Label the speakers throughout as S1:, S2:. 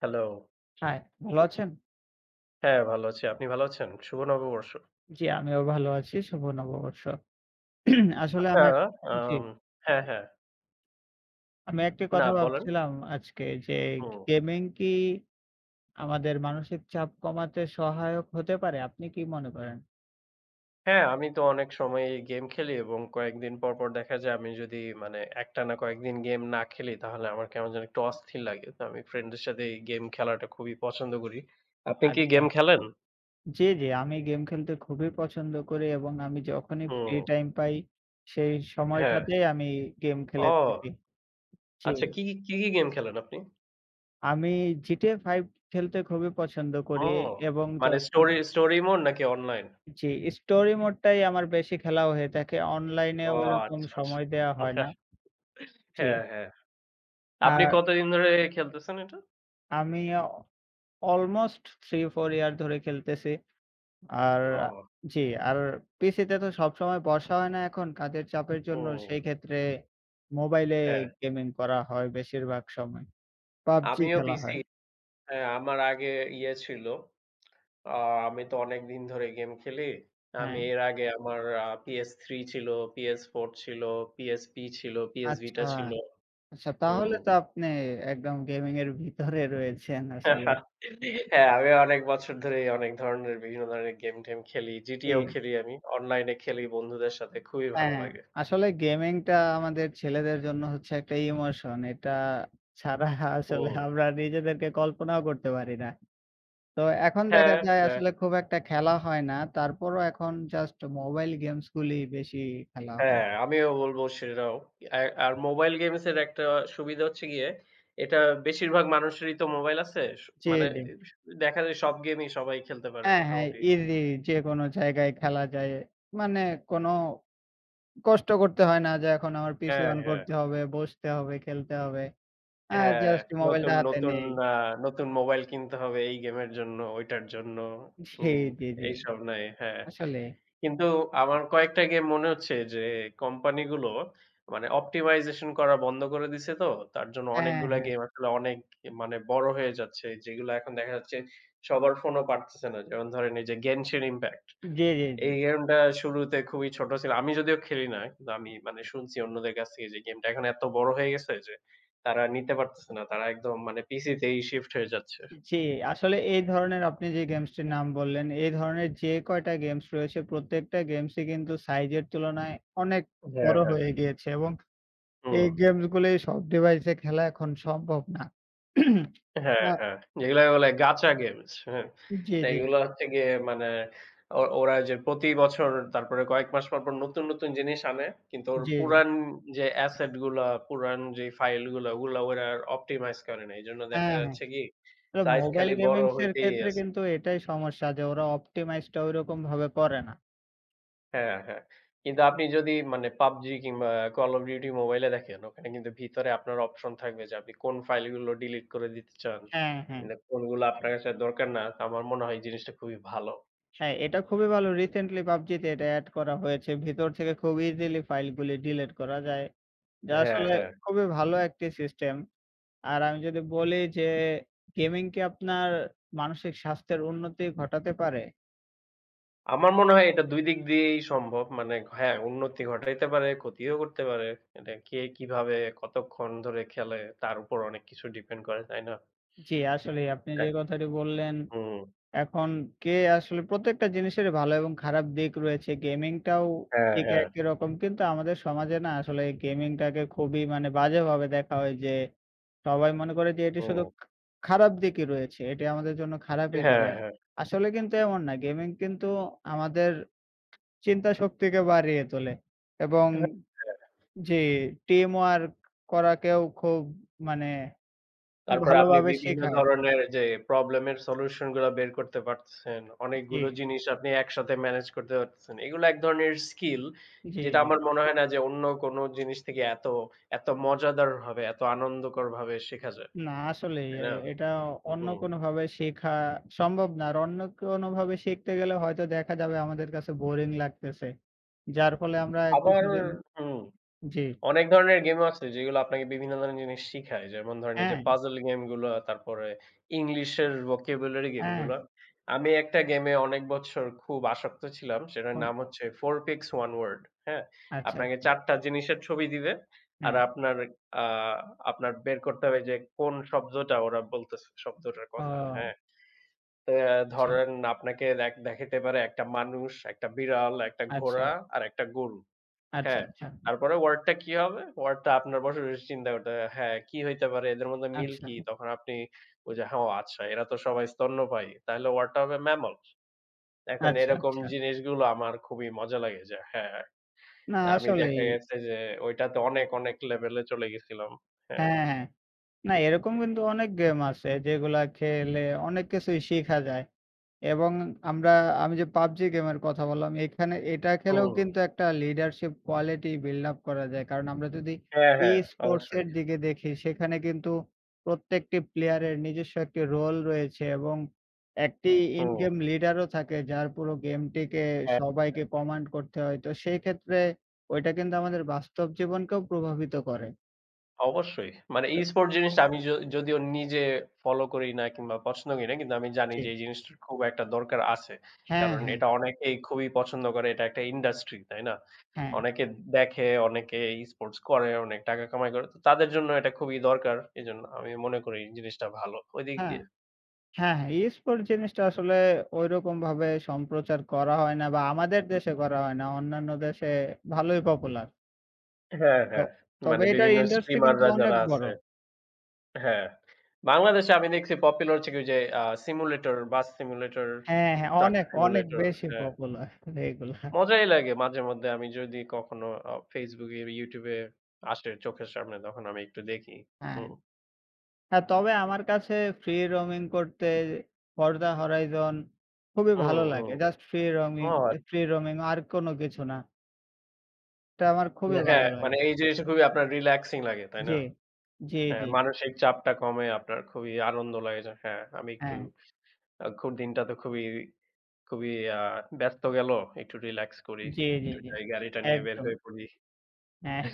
S1: Hello.
S2: High, ভালো আছেন?
S1: হ্যাঁ, ভালো আছি। আপনি ভালো আছেন? শুভ নববর্ষ।
S2: জি, আমিও ভালো আছি। শুভ নববর্ষ। আসলে
S1: আচ্ছা।
S2: আমি জি।
S1: আম হ্যাঁ, হ্যাঁ।
S2: আমি একটি
S1: না
S2: কথা
S1: বলেন।
S2: ভাবছিলাম আজকে যে
S1: হুম।
S2: গেমিং কি আমাদের মানসিক চাপ কমাতে সহায়ক হতে পারে? আপনি কি মনে করেন?
S1: হ্যাঁ, আমি তো অনেক সময়ই গেম খেলি এবং কয়েকদিন পর, পর দেখা যায় আমি যদি মানে একটানা কয়েকদিন গেম না খেলি তাহলে আমার কেমন যেন একটু অস্থির লাগে। তো আমি ফ্রেন্ডদের সাথে এই গেম খেলাটা খুবই পছন্দ করি। আপনি কি
S2: আচ্ছা।
S1: গেম খেলেন?
S2: জি, জি। আমি গেম খেলতে খুবই পছন্দ করি এবং আমি যখনই ফ্রি
S1: হুম,
S2: টাইম পাই সেই
S1: হ্যাঁ।
S2: সময়টাতেই আমি গেম খেলে
S1: ও!
S2: থাকি। জি।
S1: আচ্ছা, কি গেম খেলেন আপনি?
S2: আমি GTA 5 খেলতে খুবই পছন্দ
S1: ও!
S2: করি এবং
S1: মানে স্টোরি মোড নাকি অনলাইন?
S2: জি, স্টোরি মোডটাই আমার বেশি খেলা হয়ে থাকে। অনলাইনে
S1: ও
S2: ওইরকম
S1: আচ্ছা, আচ্ছা।
S2: সময় দেয়া হয় না। জি।
S1: হ্যাঁ, হ্যাঁ। আপনি
S2: আর
S1: কতদিন ধরে খেলতেছেন এটা?
S2: আমি অলমোস্ট 3-4 ইয়ার ধরে খেলতেছি। আর
S1: ও
S2: জি, আর পিসিতে তো সবসময় বসা হয় না এখন কাজের চাপের জন্য।
S1: হুম,
S2: সেই ক্ষেত্রে মোবাইলে
S1: হ্যাঁ।
S2: গেমিং করা হয় বেশিরভাগ সময়। PUBG
S1: আমিও
S2: খেলা
S1: পিসি।
S2: হয়।
S1: হ্যাঁ, আমার আগে ইয়ে ছিল। আ আমি তো অনেকদিন ধরে গেম খেলি।
S2: হ্যাঁ।
S1: আমি এর আগে আমার PS3 ছিল, PS4 ছিল, PSP ছিল, PS
S2: আচ্ছা,
S1: Vita ছিল।
S2: আচ্ছা
S1: হুম।
S2: তাহলে তো আপনি একদম গেমিং এর ভিতরে রয়েছেন আসলে।
S1: হ্যাঁ, আমি অনেক বছর ধরেই অনেক ধরনের বিভিন্ন ধরনের গেম-টেম খেলি। GTA
S2: জি।
S1: ও খেলি আমি। অনলাইনে খেলি বন্ধুদের সাথে খুবই ভালো
S2: হ্যাঁ,
S1: লাগে।
S2: আসলে গেমিংটা আমাদের ছেলেদের জন্য হচ্ছে একটা ইমোশন। এটা ছাড়া আসলে
S1: হুম।
S2: আমরা নিজেদেরকে কল্পনাও করতে পারি না। তো এখন দেখা
S1: হ্যাঁ,
S2: যায়
S1: হ্যাঁ।
S2: আসলে খুব একটা খেলা হয় না। তারপরও এখন জাস্ট মোবাইল গেমস গুলি বেশি খেলা হয়।
S1: হ্যাঁ, আমিও বলব সেটাও। অ্যা আর মোবাইল গেমসের একটা সুবিধা হচ্ছে গিয়ে, এটা বেশিরভাগ মানুষেরই তো মোবাইল আছে।
S2: জি,
S1: মানে
S2: জি।
S1: দেখা যায় সব গেমই সবাই খেলতে পারে
S2: হ্যাঁ, হ্যাঁ,
S1: মোটামুটি।
S2: ইজি যেকোনো জায়গায় খেলা যায়। মানে কোনো কষ্ট করতে হয় না যে এখন আমার পিসি
S1: হ্যাঁ,
S2: অন
S1: হ্যাঁ।
S2: করতে হবে, বসতে হবে, খেলতে হবে। আ
S1: হ্যাঁ,
S2: জাস্ট
S1: নতুন,
S2: মোবাইলটা হাতে
S1: নতুন
S2: নেই।
S1: আ নতুন মোবাইল কিনতে হবে এই গেমের জন্য, ঐটার জন্য।
S2: জি,
S1: হুম,
S2: জি, জি।
S1: এইসব নাই। হ্যাঁ।
S2: আসলে।
S1: কিন্তু আমার কয়েকটা গেম মনে হচ্ছে যে কোম্পানিগুলো মানে অপ্টিমাইজেশন করা বন্ধ করে দিছে তো। তার জন্য
S2: হ্যাঁ,
S1: অনেকগুলা
S2: হ্যাঁ।
S1: গেম আসলে অনেক মানে বড় হয়ে যাচ্ছে। যেগুলো এখন দেখা যাচ্ছে সবার ফোনও পারতেছে না। যেমন ধরেন এই যে 'Genshin Impact',
S2: জি, জি, জি,
S1: এই গেমটা শুরুতে খুবই ছোট ছিল। আমি যদিও খেলি না। কিন্তু আমি মানে শুনছি অন্যদের কাছ থেকে যে গেমটা এখন এত বড় হয়ে গেছে যে তারা নিতে পারতেছে না। তারা একদম মানে পিসিতেই শিফট হয়ে যাচ্ছে।
S2: জি। আসলে এই ধরনের আপনি যে গেমসটির নাম বললেন, এই ধরনের যে কয়টা গেমস রয়েছে প্রত্যেকটা গেমসই কিন্তু সাইজের তুলনায় অনেক
S1: হ্যাঁ,
S2: বড়
S1: হ্যাঁ।
S2: হয়ে গিয়েছে এবং
S1: হুম।
S2: এই গেমসগুলি সব ডিভাইসে খেলা এখন সম্ভব না।
S1: হ্যাঁ,
S2: আ
S1: হ্যাঁ। যেগুলাকে বলে গাচা গেমস। হ্যাঁ?
S2: জি, জি,
S1: এগুলো হচ্ছে গিয়ে মানে ওরা যে প্রতি বছর তারপরে কয়েক মাস পর, পর নতুন, নতুন জিনিস আনে। কিন্তু ওর
S2: জি।
S1: পুরান যে অ্যাসেট গুলা, পুরান যে ফাইল গুলা ওগুলা ওরা অপটিমাইজ করে না। এজন্য দেখা
S2: হ্যাঁ, হ্যাঁ।
S1: যাচ্ছে কি
S2: তবে
S1: সাইজ
S2: মোবাইল
S1: খালি বড়
S2: গেমিংস এর
S1: হইতেই
S2: ক্ষেত্রে
S1: আছে।
S2: কিন্তু এটাই সমস্যা যে ওরা অপটিমাইজ টা ঐরকমভাবে করে না।
S1: হ্যাঁ, হ্যাঁ। কিন্তু আপনি যদি মানে PUBG কিংবা Call of Duty মোবাইলে দেখেন, ওখানে কিন্তু ভিতরে আপনার অপশন থাকবে যে আপনি কোন ফাইলগুলো ডিলিট করে দিতে চান
S2: হ্যাঁ, হ্যাঁ।
S1: কিংবা কোনগুলো আপনার কাছে আর দরকার না। তো আমার মনে হয় এই জিনিসটা খুবই ভালো।
S2: হ্যাঁ, এটা খুবই ভালো। রিসেন্টলি PUBG তে এটা এড করা হয়েছে। ভিতর থেকে খুব ইজিলি ফাইলগুলি ডিলিট করা যায়। যা
S1: হ্যাঁ,
S2: আসলে
S1: হ্যাঁ।
S2: খুবই ভালো একটি সিস্টেম। আর আমি যদি বলি যে গেমিং কি আপনার মানসিক স্বাস্থ্যের উন্নতি ঘটাতে পারে?
S1: আমার মনে হয় এটা ২ দিক দিয়েই সম্ভব। মানে হ্যাঁ, উন্নতি ঘটাইতে পারে, ক্ষতিও করতে পারে। এটা কে কিভাবে কতক্ষণ ধরে খেলে তার উপর অনেক কিছু ডিপেন্ড করে, তাই না?
S2: জি, আসলেই আপনি যে
S1: এক
S2: কথাটি বললেন,
S1: হুম।
S2: এখন কে আসলে প্রত্যেকটা জিনিসেরই ভালো এবং খারাপ দিক রয়েছে। গেমিংটাও
S1: হ্যাঁ,
S2: ঠিক
S1: হ্যাঁ।
S2: একই রকম। কিন্তু আমাদের সমাজে না আসলে গেমিংটাকে খুবই মানে বাজেভাবে দেখা হয় যে সবাই মনে করে যে এটি শুধু
S1: হুম।
S2: খারাপ দিকই রয়েছে। এটি আমাদের জন্য খারাপই
S1: হ্যাঁ,
S2: করে।
S1: হ্যাঁ,
S2: আসলে কিন্তু এমন না। গেমিং কিন্তু আমাদের চিন্তা শক্তিকে বাড়িয়ে তোলে এবং
S1: হ্যাঁ।
S2: জি, টিম ওয়ার্ক করাকেও খুব মানে
S1: তারপরে আপনি
S2: ভালোভাবে
S1: বিভিন্ন
S2: শেখায়।
S1: ধরনের যে প্রবলেম এর সলিউশন গুলা বের করতে পারতেছেন।
S2: জি,
S1: অনেকগুলো জিনিস আপনি একসাথে ম্যানেজ করতে পারতেছেন। এগুলো এক ধরনের স্কিল
S2: জি,
S1: যেটা
S2: জি।
S1: আমার মনে হয় না যে অন্য কোনো জিনিস থেকে এত, এত মজাদারভাবে, এত আনন্দকরভাবে শেখা যায়।
S2: না আসলেই
S1: তাই না?
S2: এটা অন্য
S1: হুম।
S2: কোনোভাবে শেখা সম্ভব না। আর অন্য কোনোভাবে শিখতে গেলে হয়তো দেখা যাবে আমাদের কাছে বোরিং লাগতেছে। যার ফলে আমরা
S1: আবার।
S2: কিছুদিন
S1: হুম।
S2: জি,
S1: অনেক ধরনের গেমও আছে যেগুলো আপনাকে বিভিন্ন ধরনের জিনিস শিখায়। যেমন ধরেন এই যে
S2: হ্যাঁ,
S1: পাজল গেমগুলা, তারপরে ইংলিশের vocabulary
S2: হ্যাঁ,
S1: গেমগুলা। আমি একটা গেমে অনেক বছর খুব আসক্ত ছিলাম। সেটার
S2: কোন
S1: নাম হচ্ছে 4 pics 1 word, হ্যাঁ?
S2: আচ্ছা,
S1: আপনাকে
S2: আচ্ছা,
S1: ৪ টা জিনিসের ছবি দিবে। আর
S2: হ্যাঁ।
S1: আ আপনার বের করতে হবে যে কোন শব্দটা ওরা বলতেছে, শব্দটার কথা,
S2: ও
S1: হ্যাঁ? তো আহ,
S2: আচ্ছা,
S1: ধরেন আপনাকে দেখাইতে পারে একটা মানুষ, একটা বিড়াল, একটা
S2: আচ্ছা,
S1: ঘোড়া আর একটা গরু।
S2: আচ্ছা,
S1: হ্যাঁ,
S2: আচ্ছা,
S1: তারপরে ওয়ার্ডটা কি হবে? ওয়ার্ডটা আপনার বসে, বসে চিন্তা করতে হবে। হ্যাঁ, কি হইতে পারে? এদের মধ্যে মিল
S2: আচ্ছা,
S1: কি? তখন আপনি ওই যে হ্যাঁ, ও আচ্ছা, এরা তো সবাই স্তন্যপায়ী। তাহলে ওয়ার্ডটা হবে mammal. এখন
S2: আচ্ছা,
S1: এরকম
S2: আচ্ছা।
S1: জিনিসগুলো আমার খুবই মজা লাগে যে হ্যাঁ,
S2: না
S1: আমি
S2: আসলেই,
S1: দেখা গেছে যে ওইটাতে অনেক, অনেক লেভেলে চলে গেছিলাম। হ্যাঁ।
S2: হ্যাঁ, হ্যাঁ। না এরকম কিন্তু অনেক গেম আছে যেগুলা খেলে অনেক কিছুই শিখা যায়। এবং আমরা আমি যে PUBG গেমের কথা বললাম এখানে এটা খেলেও
S1: হুম।
S2: কিন্তু একটা লিডারশিপ কোয়ালিটি বিল্ড আপ করা যায়। কারণ আমরা যদি
S1: হ্যাঁ, হ্যাঁ।
S2: e-sports
S1: অবশ্যই।
S2: এর দিকে দেখি সেখানে কিন্তু প্রত্যেকটি প্লেয়ারের নিজস্ব একটি রোল রয়েছে এবং একটি ইন
S1: হুম।
S2: গেম লিডারও থাকে যার পুরো গেমটিকে
S1: হ্যাঁ।
S2: সবাইকে কমান্ড করতে হয়। তো সেই ক্ষেত্রে ওইটা কিন্তু আমাদের বাস্তব জীবনকেও প্রভাবিত করে।
S1: অবশ্যই। মানে
S2: তো,
S1: e-sport জিনিসটা আমি যদিও নিজে ফলো করি না কিংবা পছন্দ করি না। কিন্তু আমি জানি
S2: জি।
S1: যে এই জিনিসটার খুব একটা দরকার আছে।
S2: হ্যাঁ,
S1: কারণ
S2: হ্যাঁ,
S1: এটা অনেকেই খুবই পছন্দ করে। এটা একটা ইন্ডাস্ট্রি, তাই না?
S2: হ্যাঁ।
S1: অনেকে দেখে, অনেকে e-sports করে, অনেক টাকা কামাই করে। তো তাদের জন্য এটা খুবই দরকার। এজন্য আমি মনে করি জিনিসটা ভালো। ওই দিক
S2: হ্যাঁ,
S1: দিয়ে
S2: হ্যাঁ, হ্যাঁ, e-sport জিনিসটা আসলে ঐরকমভাবে সম্প্রচার করা হয় না বা আমাদের দেশে করা হয় না। অন্যান্য দেশে ভালোই পপুলার।
S1: হ্যাঁ,
S2: তো
S1: হ্যাঁ।
S2: তবে
S1: মানে
S2: এটার
S1: বিভিন্ন
S2: ইন্ডাস্ট্রি কিন্তু
S1: স্ট্রিমাররা
S2: অনেক
S1: যারা
S2: বড়।
S1: আছে। হ্যাঁ। বাংলাদেশে আমি দেখছি পপুলার হচ্ছে কি ওই যে সিমুলেটর, বাস সিমুলেটর,
S2: হ্যাঁ, হ্যাঁ,
S1: ট্রাক
S2: অনেক, অনেক
S1: সিমুলেটর।
S2: বেশি
S1: হ্যাঁ।
S2: পপুলার এগুলা।
S1: মজাই লাগে মাঝে মধ্যে আমি যদি কখনো Facebook এ, YouTube এ আসে চোখের সামনে তখন আমি একটু দেখি।
S2: হ্যাঁ।
S1: হুম,
S2: হ্যাঁ, তবে আমার কাছে ফ্রি রোমিং করতে Forza Horizon খুবই
S1: হুম,
S2: ভালো
S1: হুম।
S2: লাগে। জাস্ট ফ্রি
S1: ও
S2: রোমিং
S1: আচ্ছা।
S2: ফ্রি রোমিং আর কোনো কিছু না। এটা আমার খুবই
S1: হ্যাঁ,
S2: ভালো
S1: মানে
S2: লাগে।
S1: এই জিনিসটা খুবই আপনার রিল্যাক্সিং লাগে, তাই না?
S2: জি, জি,
S1: হ্যাঁ,
S2: জি।
S1: মানসিক চাপটা কমে আপনার খুবই আনন্দ লাগে যে হ্যাঁ, আমি একটু
S2: হ্যাঁ,
S1: আ খু দিনটা তো খুবই, খুবই আ ব্যস্ত গেল। একটু রিল্যাক্স করি।
S2: জি, জি,
S1: একটু
S2: জি।
S1: যাই গাড়িটা নিয়ে বের
S2: একদম।
S1: হয়ে পড়ি।
S2: হ্যাঁ,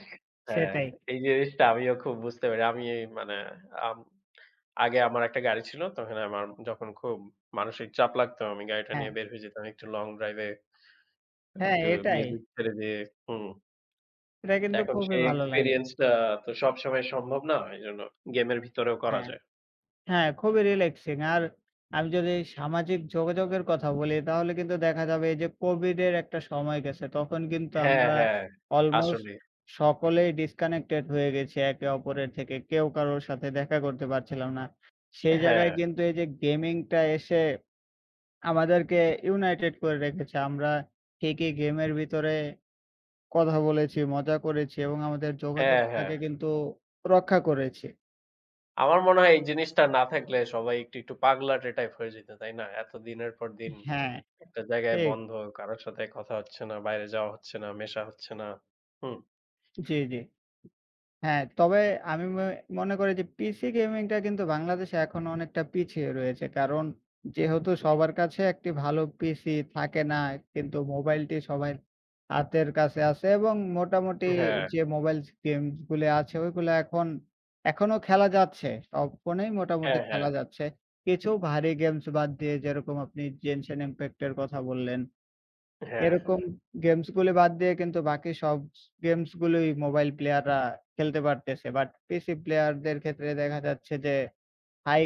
S1: হ্যাঁ,
S2: সেটাই।
S1: এই জিনিসটা আমিও খুব বুঝতে পারি। আমি মানে আম আগে আমার একটা গাড়ি ছিল। তখন আমার যখন খুব মানসিক চাপ লাগতো, আমি গাড়িটা
S2: হ্যাঁ,
S1: নিয়ে বের হয়ে যেতাম একটু লং ড্রাইভ এ,
S2: হ্যাঁ,
S1: একটু
S2: এটাই।
S1: মিউজিক ছেড়ে দিয়ে। হুম।
S2: এটা কিন্তু
S1: এখন
S2: খুবই
S1: সেই
S2: ভালো লাগে।
S1: এক্সপেরিয়েন্স টা তো সবসময় সম্ভব না। এজন্য গেমের ভিতরেও করা
S2: হ্যাঁ,
S1: যায়।
S2: হ্যাঁ, খুবই রিল্যাক্সিং। আর আমি যদি সামাজিক যোগাযোগের কথা বলি, তাহলে কিন্তু দেখা যাবে এই যে কোভিড এর একটা সময় গেছে, তখন কিন্তু
S1: হ্যাঁ,
S2: আমরা
S1: হ্যাঁ।
S2: অলমোস্ট
S1: আসলে।
S2: সকলেই ডিসকানেক্টেড হয়ে গেছি একে অপরের থেকে। কেউ কারোর সাথে দেখা করতে পারছিলাম না। সেই
S1: হ্যাঁ,
S2: জায়গায় কিন্তু এই যে গেমিংটা এসে আমাদেরকে ইউনাইটেড করে রেখেছে। আমরা ঠিকই গেমের ভিতরে কথা বলেছি, মজা করেছি এবং আমাদের
S1: হ্যাঁ, হ্যাঁ।
S2: যোগাযোগটাকে কিন্তু রক্ষা করেছি।
S1: আমার মনে হয় এই জিনিসটা না থাকলে সবাই একটু, একটু পাগলাটে টাইপ হয়ে যেত, তাই না? এত দিনের পর দিন
S2: হ্যাঁ,
S1: একটা জায়গায়
S2: ঠিক।
S1: বন্ধ, কারো সাথে কথা হচ্ছে না, বাইরে যাওয়া হচ্ছে না, মেশা হচ্ছে না। হুম।
S2: জি, জি। হ্যাঁ, তবে আমি মনে করি যে পিসি গেমিংটা কিন্তু বাংলাদেশে এখনো অনেকটা পিছিয়ে রয়েছে। কারণ যেহেতু সবার কাছে একটি ভালো পিসি থাকে না, কিন্তু মোবাইলটি সবাই হাতের কাছে আছে এবং মোটামুটি
S1: হ্যাঁ,
S2: যে মোবাইল গেমস গুলো আছে ওইগুলো এখন এখনো খেলা যাচ্ছে। সব ফোনেই মোটামুটি
S1: হ্যাঁ, হ্যাঁ,
S2: খেলা যাচ্ছে। কিছু ভারী গেমস বাদ দিয়ে যেরকম আপনি 'Genshin Impact' এর কথা বললেন।
S1: হ্যাঁ, হ্যাঁ।
S2: এরকম গেমস গুলি বাদ দিয়ে কিন্তু বাকি সব গেমস গুলোই মোবাইল প্লেয়াররা খেলতে পারতেছে। বাট পিসি প্লেয়ারদের ক্ষেত্রে দেখা যাচ্ছে যে হাই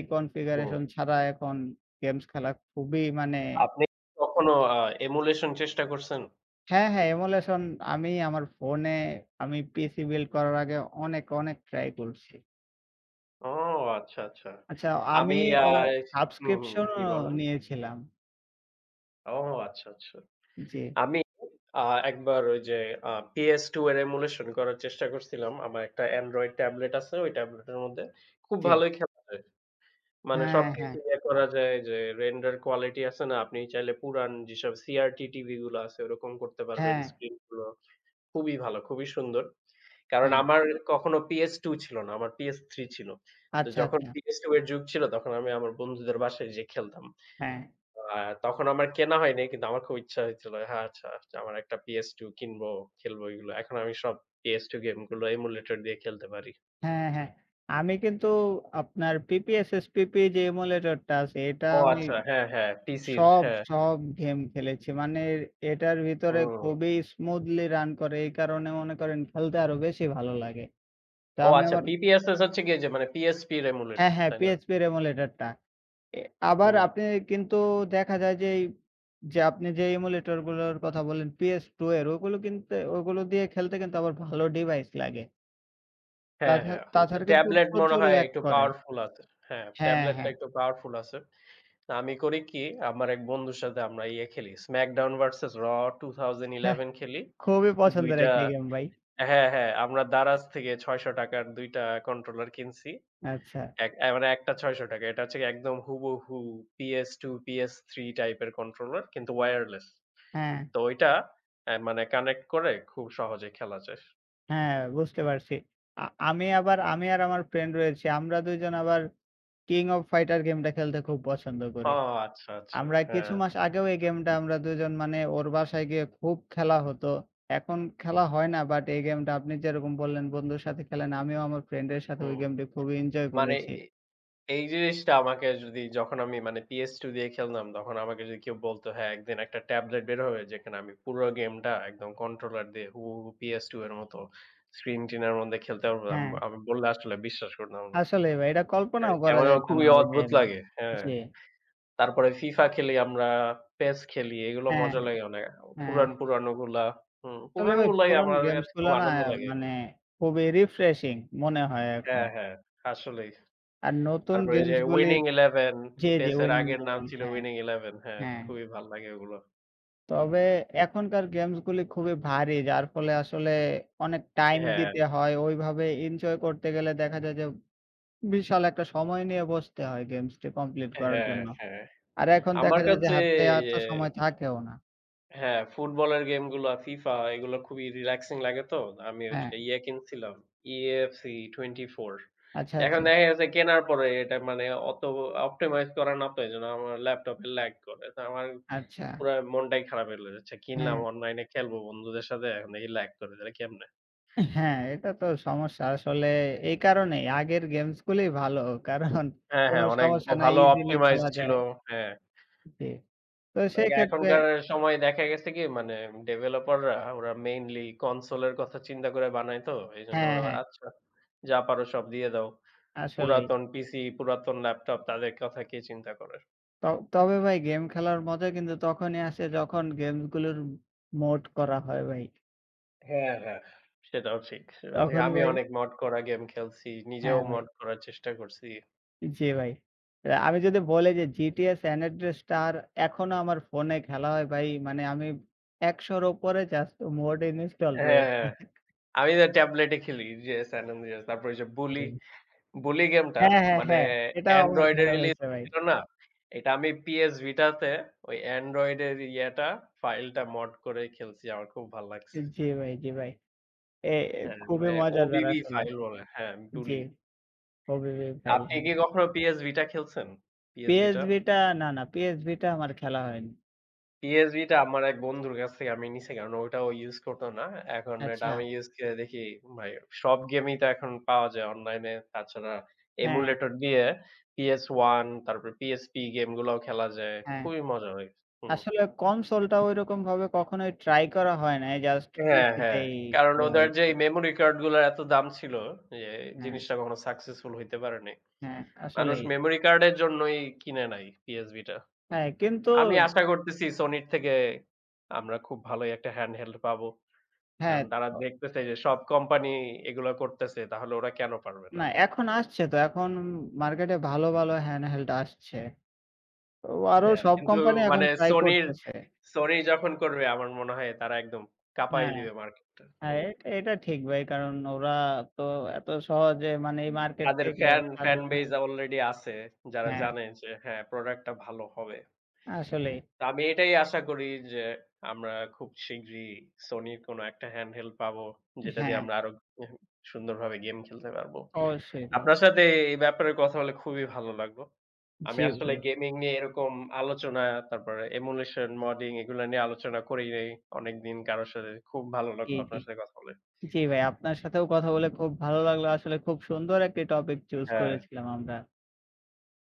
S1: হুম।
S2: কনফিগারেশন ছাড়া এখন গেমস খেলা খুবই মানে
S1: আপনি কখনো emulation চেষ্টা করছেন?
S2: হ্যাঁ, হ্যাঁ এমুলেশন আমি আমার ফোনে আমি পিসি বিল্ড করার আগে অনেক, অনেক ট্রাই করছি।
S1: ও আচ্ছা, আচ্ছা।
S2: আচ্ছা
S1: আমি
S2: আমি
S1: আ
S2: অ
S1: হুম, হুম। জি
S2: সাবস্ক্রিপশনও
S1: বলেন।
S2: নিয়েছিলাম।
S1: ও আচ্ছা, আচ্ছা।
S2: জি,
S1: আমি আ একবার ওই যে PS2 এর emulation করার চেষ্টা করছিলাম। আমার একটা Android ট্যাবলেট আছে। ওই ট্যাবলেটের মধ্যে খুব
S2: জি।
S1: ভালোই খেলা যায়। মানে
S2: হ্যাঁ, হ্যাঁ,
S1: সবকিছু ইয়ে করা যায় যে render quality আছে না? আপনি চাইলে পুরান যেসব CRT টিভি গুলো আছে ওরকম করতে পারবেন।
S2: হ্যাঁ,
S1: স্ক্রিন গুলো খুবই ভালো, খুবই সুন্দর। কারণ
S2: হ্যাঁ।
S1: আমার কখনো PS2 ছিল না। আমার PS3 ছিল। তো
S2: আচ্ছা,
S1: যখন
S2: আচ্ছা।
S1: PS2 এর যুগ ছিল তখন আমি আমার বন্ধুদের বাসায় যেয়ে খেলতাম।
S2: হ্যাঁ।
S1: আ তখন আমার কেনা হয়নি কিন্তু আমার খুব ইচ্ছা হইছিল। হ্যাঁ, আচ্ছা আচ্ছা, আমার একটা PS2 কিনবো, খেলবো এগুলো। এখন আমি সব PS2 গেমগুলো emulator দিয়ে খেলতে পারি।
S2: হ্যাঁ, হ্যাঁ। আমি কিন্তু আপনার PPSSPP যে এমুলেটরটা আছে এটা
S1: ও
S2: আমি
S1: আচ্ছা। হ্যাঁ, হ্যাঁ। টিসির
S2: সব,
S1: হ্যাঁ।
S2: সব গেম খেলেছি। মানে এটার ভিতরে
S1: হুম।
S2: খুবই স্মুথলি রান করে। এই কারণে মনে করেন খেলতে আরো বেশি ভালো লাগে। তো
S1: ও
S2: আমি
S1: আচ্ছা,
S2: আমার
S1: PPSS হচ্ছে গিয়ে যে মানে PSP র
S2: হ্যাঁ,
S1: emulator,
S2: হ্যাঁ
S1: তাই না?
S2: PHP এর এমুলেটরটা। এ আবার
S1: হুম।
S2: আপনি কিন্তু দেখা যায় যে, এই যে আপনি যে এমুলেটর গুলোর কথা বললেন PS2 এর ওগুলো কিনতে ওগুলো দিয়ে খেলতে কিন্তু আবার ভালো ডিভাইস লাগে।
S1: হ্যাঁ, হ্যাঁ।
S2: তাছাড়া কিন্তু
S1: ট্যাবলেট মনে
S2: প্রচুর
S1: হয়
S2: ল্যাগ
S1: একটু
S2: করে।
S1: পাওয়ারফুল আছে। হ্যাঁ,
S2: হ্যাঁ,
S1: ট্যাবলেটটা
S2: হ্যাঁ।
S1: একটু পাওয়ারফুল আছে। না, আমি করি কি, আমার এক বন্ধুর সাথে আমরা ইয়ে খেলি। SmackDown ভার্সেস Raw 2011 খেলি।
S2: খুবই
S1: ২
S2: পছন্দের
S1: টা
S2: একটি গেম ভাই।
S1: হ্যাঁ, হ্যাঁ, আমরা দারাজ থেকে ৳৬০০ র ২ টা কন্ট্রোলার কিনছি।
S2: আচ্ছা।
S1: এক অ্যা মানে একটা ৳৬০০ এটা হচ্ছে একদম হুবহু PS2, PS3 টাইপের কন্ট্রোলার কিন্তু ওয়্যারলেস।
S2: হ্যাঁ,
S1: তো ওইটা মানে কানেক্ট করে খুব সহজেই খেলা যায়।
S2: হ্যাঁ বুঝতে পারছি। আমি আবার আমি আর আমার ফ্রেন্ড রয়েছি। আমরা ২ জন আবার King of Fighter গেমটা খেলতে খুব পছন্দ
S1: ও
S2: করি।
S1: আচ্ছা, আচ্ছা।
S2: আমরা কিছু
S1: হ্যাঁ,
S2: মাস আগেও এই গেমটা আমরা ২ জন মানে ওর বাসায় গিয়ে খুব খেলা হতো। এখন খেলা হয় না বাট এই গেমটা আপনি যেরকম বললেন বন্ধুর সাথে খেলেন, আমিও আমার ফ্রেন্ডের সাথে ওই
S1: হুম।
S2: গেমটি খুবই এনজয়
S1: মানে
S2: করেছি।
S1: এই জিনিসটা আমাকে যদি যখন আমি মানে PS2 দিয়ে খেলতাম, তখন আমাকে যদি কেউ বলতো, হ্যাঁ, একদিন একটা ট্যাবলেট বের হবে যেখানে আমি পুরো গেমটা একদম কন্ট্রোলার দিয়ে হুবহু PS2 এর মতো স্ক্রিন টিনের মধ্যে খেলতে পারবো।
S2: হ্যাঁ,
S1: আমি বললে আসলে বিশ্বাস করতাম না।
S2: আসলেই ভাই এটা
S1: মানে
S2: কল্পনাও করা
S1: কেমন যেন
S2: যাইত
S1: খুবই
S2: না ওই
S1: অদ্ভুত
S2: টাইমে।
S1: লাগে। হ্যাঁ,
S2: জি।
S1: তারপরে FIFA খেলি আমরা, PES খেলি, এগুলো
S2: হ্যাঁ,
S1: মজা লাগে অনেক।
S2: হ্যাঁ।
S1: পুরান, পুরানো গুলা। হুম,
S2: আসলে ভাই
S1: পুরানগুলাই
S2: পুরান
S1: আমার
S2: গেমস
S1: কাছে খুব
S2: গুলো না
S1: আনন্দ লাগে।
S2: মানে খুবই রিফ্রেশিং মনে হয় এখন।
S1: হ্যাঁ, হ্যাঁ, আসলেই।
S2: আর নতুন
S1: তারপরে এই যে
S2: গেমস গুলি
S1: 'Winning Eleven',
S2: জি, জি,
S1: PES এর
S2: উইনিং
S1: আগের নাম
S2: ইলেভেন
S1: ছিল
S2: হ্যাঁ,
S1: 'Winning Eleven'. হ্যাঁ,
S2: হ্যাঁ।
S1: খুবই ভাল লাগে ওগুলো।
S2: তবে এখনকার গেমস গুলি খুবই ভারী যার ফলে আসলে অনেক টাইম
S1: হ্যাঁ,
S2: দিতে হয়। ওইভাবে এনজয় করতে গেলে দেখা যায় যে বিশাল একটা সময় নিয়ে বসতে হয় গেমসটি কমপ্লিট করার
S1: হ্যাঁ,
S2: জন্য।
S1: হ্যাঁ।
S2: আর এখন
S1: আমার
S2: দেখা যায় যে
S1: কাছে
S2: হাতে
S1: এই
S2: এত
S1: যে
S2: সময় থাকেও না।
S1: হ্যাঁ, ফুটবলের গেমগুলা, FIFA, এগুলো খুবই রিল্যাক্সিং লাগে তো। আমি ওই
S2: হ্যাঁ,
S1: যে ইয়ে কিনছিলাম, EAFC 24.
S2: আচ্ছা,
S1: এখন
S2: আচ্ছা,
S1: দেখা গেছে কেনার পরে এটা মানে অত অপটিমাইজ করা না তো এজন্য আমার ল্যাপটপে ল্যাগ করে। তো আমার
S2: আচ্ছা,
S1: পুরা মনটাই খারাপ হয়ে গেল। আচ্ছা কিনলাম
S2: হ্যাঁ।
S1: অনলাইনে খেলবো বন্ধুদের সাথে, এখন দেখি ল্যাগ করে। তাহলে কেমনে
S2: হ্যাঁ, এটা তো সমস্যা আসলে এই কারণেই আগের গেমস গুলি ভালো। কারণ
S1: হ্যাঁ,
S2: কোন
S1: হ্যাঁ, অনেক
S2: সমস্যা নাই
S1: ভালো
S2: ইজিলি
S1: optimize
S2: খেলা
S1: ছিল।
S2: যায়।
S1: হ্যাঁ।
S2: জি। তো
S1: লাইক
S2: সেক্ষেত্রে
S1: এখনকার সময় দেখা গেছে কি মানে ডেভেলপাররা ওরা মেইনলি কনসোল এর কথা চিন্তা করে বানায় তো। এজন্য
S2: হ্যাঁ,
S1: ওরা
S2: হ্যাঁ
S1: আচ্ছা যা পারো সব দিয়ে দাও।
S2: আসলেই।
S1: পুরাতন পিসি, পুরাতন ল্যাপটপ তাদের কথা কে চিন্তা করে?
S2: ত তবে ভাই গেম খেলার মজা কিন্তু তখনই আসে যখন গেমস গুলোর মোড করা হয় ভাই।
S1: হ্যাঁ, হ্যাঁ। সেটাও ঠিক, সেটাও ঠিক।
S2: তখন
S1: আমি
S2: ভাই
S1: অনেক মড করা গেম খেলছি। নিজেও
S2: হ্যাঁ ভাই।
S1: মড করার চেষ্টা করছি।
S2: জি ভাই। আমি যদি বলি যে GTA San Andreas টার এখনো আমার ফোনে খেলা হয় ভাই। মানে আমি ১০০ র উপরে জাস্ট মোড ইনস্টল
S1: হ্যাঁ,
S2: রয়েছে।
S1: হ্যাঁ। আমি তো ট্যাবলেটে খেলি যে San Andreas, তারপর ওই যে Bully, বুলি গেমটা
S2: হ্যাঁ, হ্যাঁ,
S1: মানে
S2: হ্যাঁ। এটাও আমার
S1: Android এ
S2: খেলা
S1: রিলিজ
S2: হয়েছে ভাই।
S1: হয়েছিল না? এটা আমি PS Vita তে ওই Android এর ইয়েটা ফাইলটা মড করে খেলছি। আমার খুব ভাল লাগছে।
S2: জি ভাই, জি ভাই। এ
S1: হ্যাঁ,
S2: খুবই
S1: মানে
S2: মজাদার
S1: OBB
S2: আসলে।
S1: ফাইল বলে। হ্যাঁ,
S2: জি,
S1: বুলি।
S2: কবির ভাই,
S1: আপনি
S2: হ্যাঁ।
S1: কি কখনো PS Vita খেলছেন? PS Vita?
S2: PSV টা না, না PSV টা আমার খেলা হয়নি।
S1: PSB টা আমার এক বন্ধুর কাছ থেকে আমি নিছি কারণ ওইটা ও ইউজ করতো না। এখন এটা
S2: আচ্ছা।
S1: আমি ইউজ করে দেখি ভাই, সব গেমই তো এখন পাওয়া যায় অনলাইনে। তাছাড়া
S2: হ্যাঁ,
S1: এমুলেটর দিয়ে PS1 তারপরে PSP গেমগুলাও খেলা যায়।
S2: হ্যাঁ।
S1: খুবই মজা হয়। হুম।
S2: আসলে কনসোলটা ঐরকমভাবে কখনোই ট্রাই করা হয় নাই। জাস্ট
S1: হ্যাঁ,
S2: PC
S1: হ্যাঁ।
S2: তেই
S1: কারণ
S2: খেলা
S1: ওদের যে
S2: হয়েছে।
S1: মেমোরি কার্ড গুলার এত দাম ছিল যে
S2: হ্যাঁ,
S1: জিনিসটা কখনো সাকসেসফুল হইতে পারে নাই।
S2: হ্যাঁ,
S1: মানুষ
S2: আসলেই।
S1: মেমোরি কার্ডের জন্যই কিনে নাই PSB টা।
S2: হ্যাঁ, কিন্তু
S1: আমি আশা করতেছি Sony র থেকে আমরা খুব ভালোই একটা হ্যান্ডহেল্ড পাবো।
S2: হ্যাঁ,
S1: কারণ তারা
S2: অ
S1: দেখতেছে যে সব কোম্পানি এগুলা করতেছে তাহলে ওরা কেন পারবে না?
S2: না
S1: হ্যাঁ,
S2: এখন আসছে তো। এখন মার্কেটে ভালো, ভালো হ্যান্ডহেল্ড আসছে। তো আরো সব
S1: কিন্তু
S2: কোম্পানি এখন
S1: মানে
S2: ট্রাই করতেছে।
S1: Sony যখন করবে আমার মনে হয় তারা একদম কাঁপায়
S2: হ্যাঁ।
S1: দিবে মার্কেটটা।
S2: হ্যাঁ,
S1: হুম।
S2: এটা এটা ঠিক ভাই। কারণ ওরা তো এত সহজে মানে এই মার্কেট
S1: তাদের
S2: থেকে
S1: ফ্যান ফ্যান
S2: ছাড়বে না।
S1: বেজ অলরেডি আছে যারা
S2: হ্যাঁ,
S1: জানে যে হ্যাঁ, প্রোডাক্টটা ভালো হবে।
S2: আসলেই।
S1: তো আমি এটাই আশা করি যে আমরা খুব শীঘ্রই Sony-র কোনো একটা হ্যান্ডহেল্ড পাবো যেটা দিয়ে
S2: হ্যাঁ,
S1: আমরা আরো সুন্দরভাবে গেম খেলতে পারবো।
S2: অবশ্যই ভাই।
S1: আপনার সাথে এই ব্যাপারে কথা বলে খুবই ভালো লাগলো। আমি
S2: জি
S1: আসলে
S2: ভাই।
S1: গেমিং নিয়ে এরকম আলোচনা, তারপরে emulation, modding এগুলা নিয়ে আলোচনা করি নাই অনেকদিন কারো সাথে। খুব ভালো
S2: জি,
S1: লাগলো
S2: জি।
S1: আপনার সাথে কথা বলে।
S2: জি ভাই, আপনার সাথেও কথা বলে খুব ভালো লাগলো। আসলে খুব সুন্দর একটি টপিক চুজ
S1: হ্যাঁ।
S2: করেছিলাম আমরা।